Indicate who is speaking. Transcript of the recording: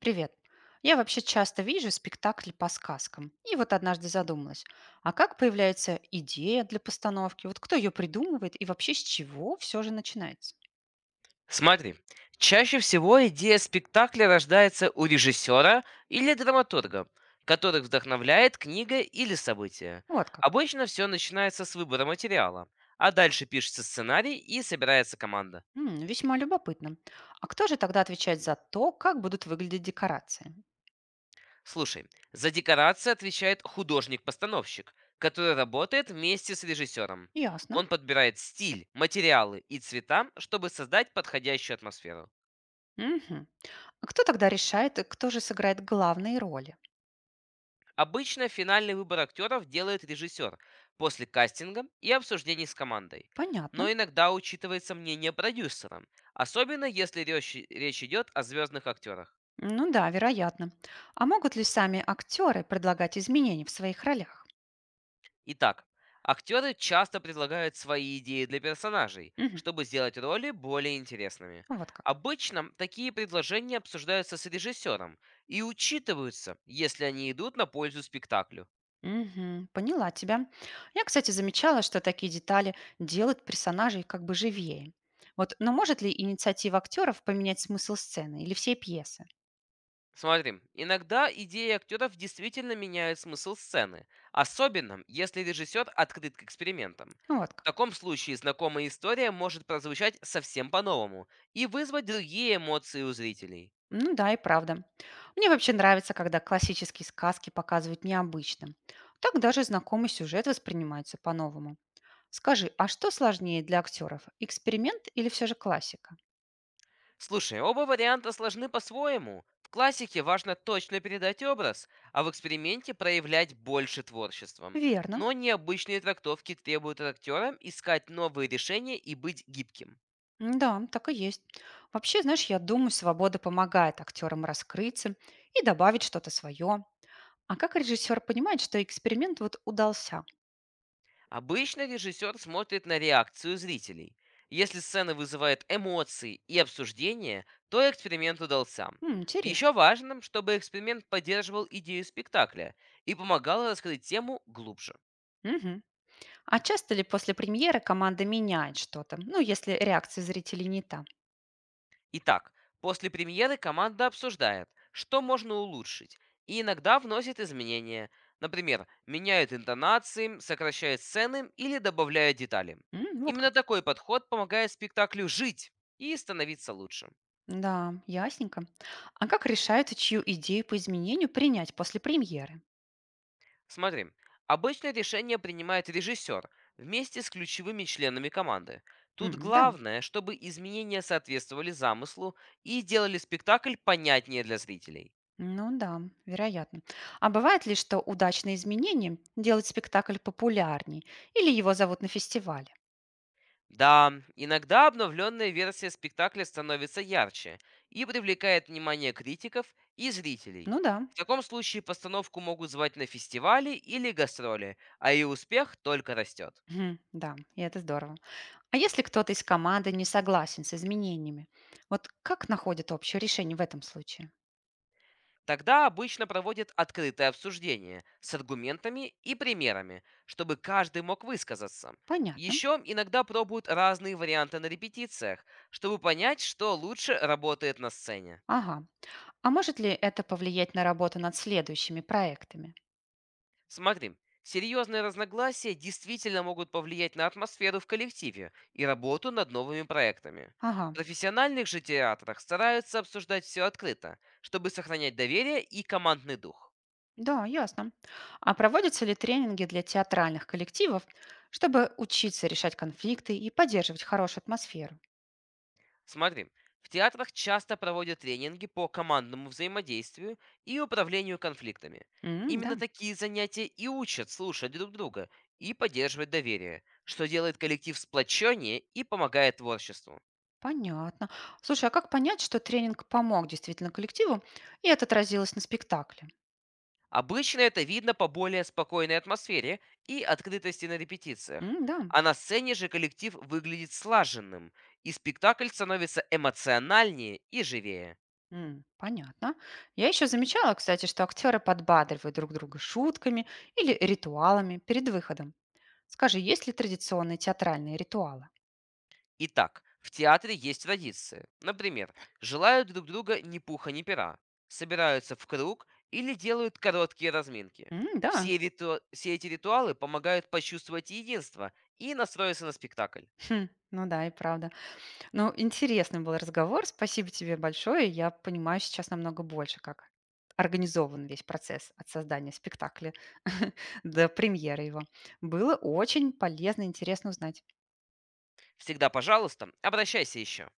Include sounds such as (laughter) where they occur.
Speaker 1: Привет. Я вообще часто вижу спектакли по сказкам. И вот однажды задумалась, а как появляется идея для постановки? Вот кто ее придумывает и вообще с чего все же начинается?
Speaker 2: Смотри, чаще всего идея спектакля рождается у режиссера или драматурга, которых вдохновляет книга или событие.
Speaker 1: Вот как.
Speaker 2: Обычно все начинается с выбора материала, а дальше пишется сценарий и собирается команда.
Speaker 1: М, весьма любопытно. А кто же тогда отвечает за то, как будут выглядеть декорации?
Speaker 2: Слушай, за декорации отвечает художник-постановщик, который работает вместе с режиссером.
Speaker 1: Ясно.
Speaker 2: Он подбирает стиль, материалы и цвета, чтобы создать подходящую атмосферу.
Speaker 1: Мгм. А кто тогда решает, кто же сыграет главные роли?
Speaker 2: Обычно финальный выбор актеров делает режиссер после кастинга и обсуждений с командой.
Speaker 1: Понятно.
Speaker 2: Но иногда учитывается мнение продюсера, особенно если речь идет о звездных актерах.
Speaker 1: Ну да, вероятно. А могут ли сами актеры предлагать изменения в своих ролях?
Speaker 2: Итак, актеры часто предлагают свои идеи для персонажей,
Speaker 1: Мгм.
Speaker 2: чтобы сделать роли более интересными.
Speaker 1: Вот как.
Speaker 2: Обычно такие предложения обсуждаются с режиссером и учитываются, если они идут на пользу спектаклю.
Speaker 1: Мгм. Поняла тебя. Я, кстати, замечала, что такие детали делают персонажей как бы живее. Вот, но может ли инициатива актеров поменять смысл сцены или всей пьесы?
Speaker 2: Смотри, иногда идеи актеров действительно меняют смысл сцены, особенно если режиссер открыт к экспериментам.
Speaker 1: Вот
Speaker 2: В
Speaker 1: как.
Speaker 2: таком случае знакомая история может прозвучать совсем по-новому и вызвать другие эмоции у зрителей.
Speaker 1: Ну да, и правда. Мне вообще нравится, когда классические сказки показывают необычным. Так даже знакомый сюжет воспринимается по-новому. Скажи, а что сложнее для актеров? Эксперимент или все же классика?
Speaker 2: Слушай, оба варианта сложны по-своему. В классике важно точно передать образ, а в эксперименте проявлять больше творчеством.
Speaker 1: Верно.
Speaker 2: Но необычные трактовки требуют от актера искать новые решения и быть гибким.
Speaker 1: М, да, так и есть. Вообще, знаешь, я думаю, свобода помогает актерам раскрыться и добавить что-то свое. А как режиссер понимает, что эксперимент вот удался?
Speaker 2: Обычно режиссер смотрит на реакцию зрителей. Если сцена вызывает эмоции и обсуждение, то эксперимент удался.
Speaker 1: М, интересно.
Speaker 2: Еще важно, чтобы эксперимент поддерживал идею спектакля и помогал раскрыть тему глубже.
Speaker 1: Мгм. А часто ли после премьеры команда меняет что-то? Ну, если реакция зрителей не та.
Speaker 2: Итак, после премьеры команда обсуждает, что можно улучшить, и иногда вносит изменения. Например, меняют интонации, сокращают сцены или добавляют детали.
Speaker 1: М, вот
Speaker 2: Именно
Speaker 1: как.
Speaker 2: такой подход помогает спектаклю жить и становиться лучше.
Speaker 1: Да, ясненько. А как решают, чью идею по изменению принять после премьеры?
Speaker 2: Смотри, обычно решение принимает режиссер вместе с ключевыми членами команды. Тут
Speaker 1: М, да.
Speaker 2: главное, чтобы изменения соответствовали замыслу и делали спектакль понятнее для зрителей.
Speaker 1: Ну да, вероятно. А бывает ли, что удачные изменения делают спектакль популярней или его зовут на фестивале?
Speaker 2: Да, иногда обновленная версия спектакля становится ярче и привлекает внимание критиков и зрителей.
Speaker 1: Ну да,
Speaker 2: В таком случае постановку могут звать на фестивали или гастроли, а ее успех только растет.
Speaker 1: мгм, да, и это здорово. А если кто-то из команды не согласен с изменениями, вот как находят общее решение в этом случае?
Speaker 2: Тогда обычно проводят открытое обсуждение с аргументами и примерами, чтобы каждый мог высказаться.
Speaker 1: Понятно.
Speaker 2: Еще иногда пробуют разные варианты на репетициях, чтобы понять, что лучше работает на сцене.
Speaker 1: Ага. А может ли это повлиять на работу над следующими проектами?
Speaker 2: Смотри, серьезные разногласия действительно могут повлиять на атмосферу в коллективе и работу над новыми проектами.
Speaker 1: Ага.
Speaker 2: В профессиональных же театрах стараются обсуждать все открыто, чтобы сохранять доверие и командный дух.
Speaker 1: Да, ясно. А проводятся ли тренинги для театральных коллективов, чтобы учиться решать конфликты и поддерживать хорошую атмосферу?
Speaker 2: Смотри, в театрах часто проводят тренинги по командному взаимодействию и управлению конфликтами.
Speaker 1: М, да,
Speaker 2: Именно такие занятия и учат слушать друг друга и поддерживать доверие, что делает коллектив сплоченнее и помогает творчеству.
Speaker 1: понятно. Слушай, а как понять, что тренинг помог действительно коллективу, и это отразилось на спектакле?
Speaker 2: Обычно это видно по более спокойной атмосфере и открытости на репетициях.
Speaker 1: М, да,
Speaker 2: А на сцене же коллектив выглядит слаженным, и спектакль становится эмоциональнее и живее.
Speaker 1: м, понятно. Я еще замечала, кстати, что актеры подбадривают друг друга шутками или ритуалами перед выходом. Скажи, есть ли традиционные театральные ритуалы?
Speaker 2: Итак, в театре есть традиции. Например, желают друг друга ни пуха, ни пера, собираются в круг или делают короткие разминки.
Speaker 1: М, да, (laughs)
Speaker 2: Все эти ритуалы помогают почувствовать единство и настроиться на спектакль.
Speaker 1: Хм, ну да, и правда. Ну, интересный был разговор. Спасибо тебе большое. Я понимаю сейчас намного больше, как организован весь процесс от создания спектакля (laughs) до премьеры его. Было очень полезно и интересно узнать.
Speaker 2: Всегда, пожалуйста, обращайся еще.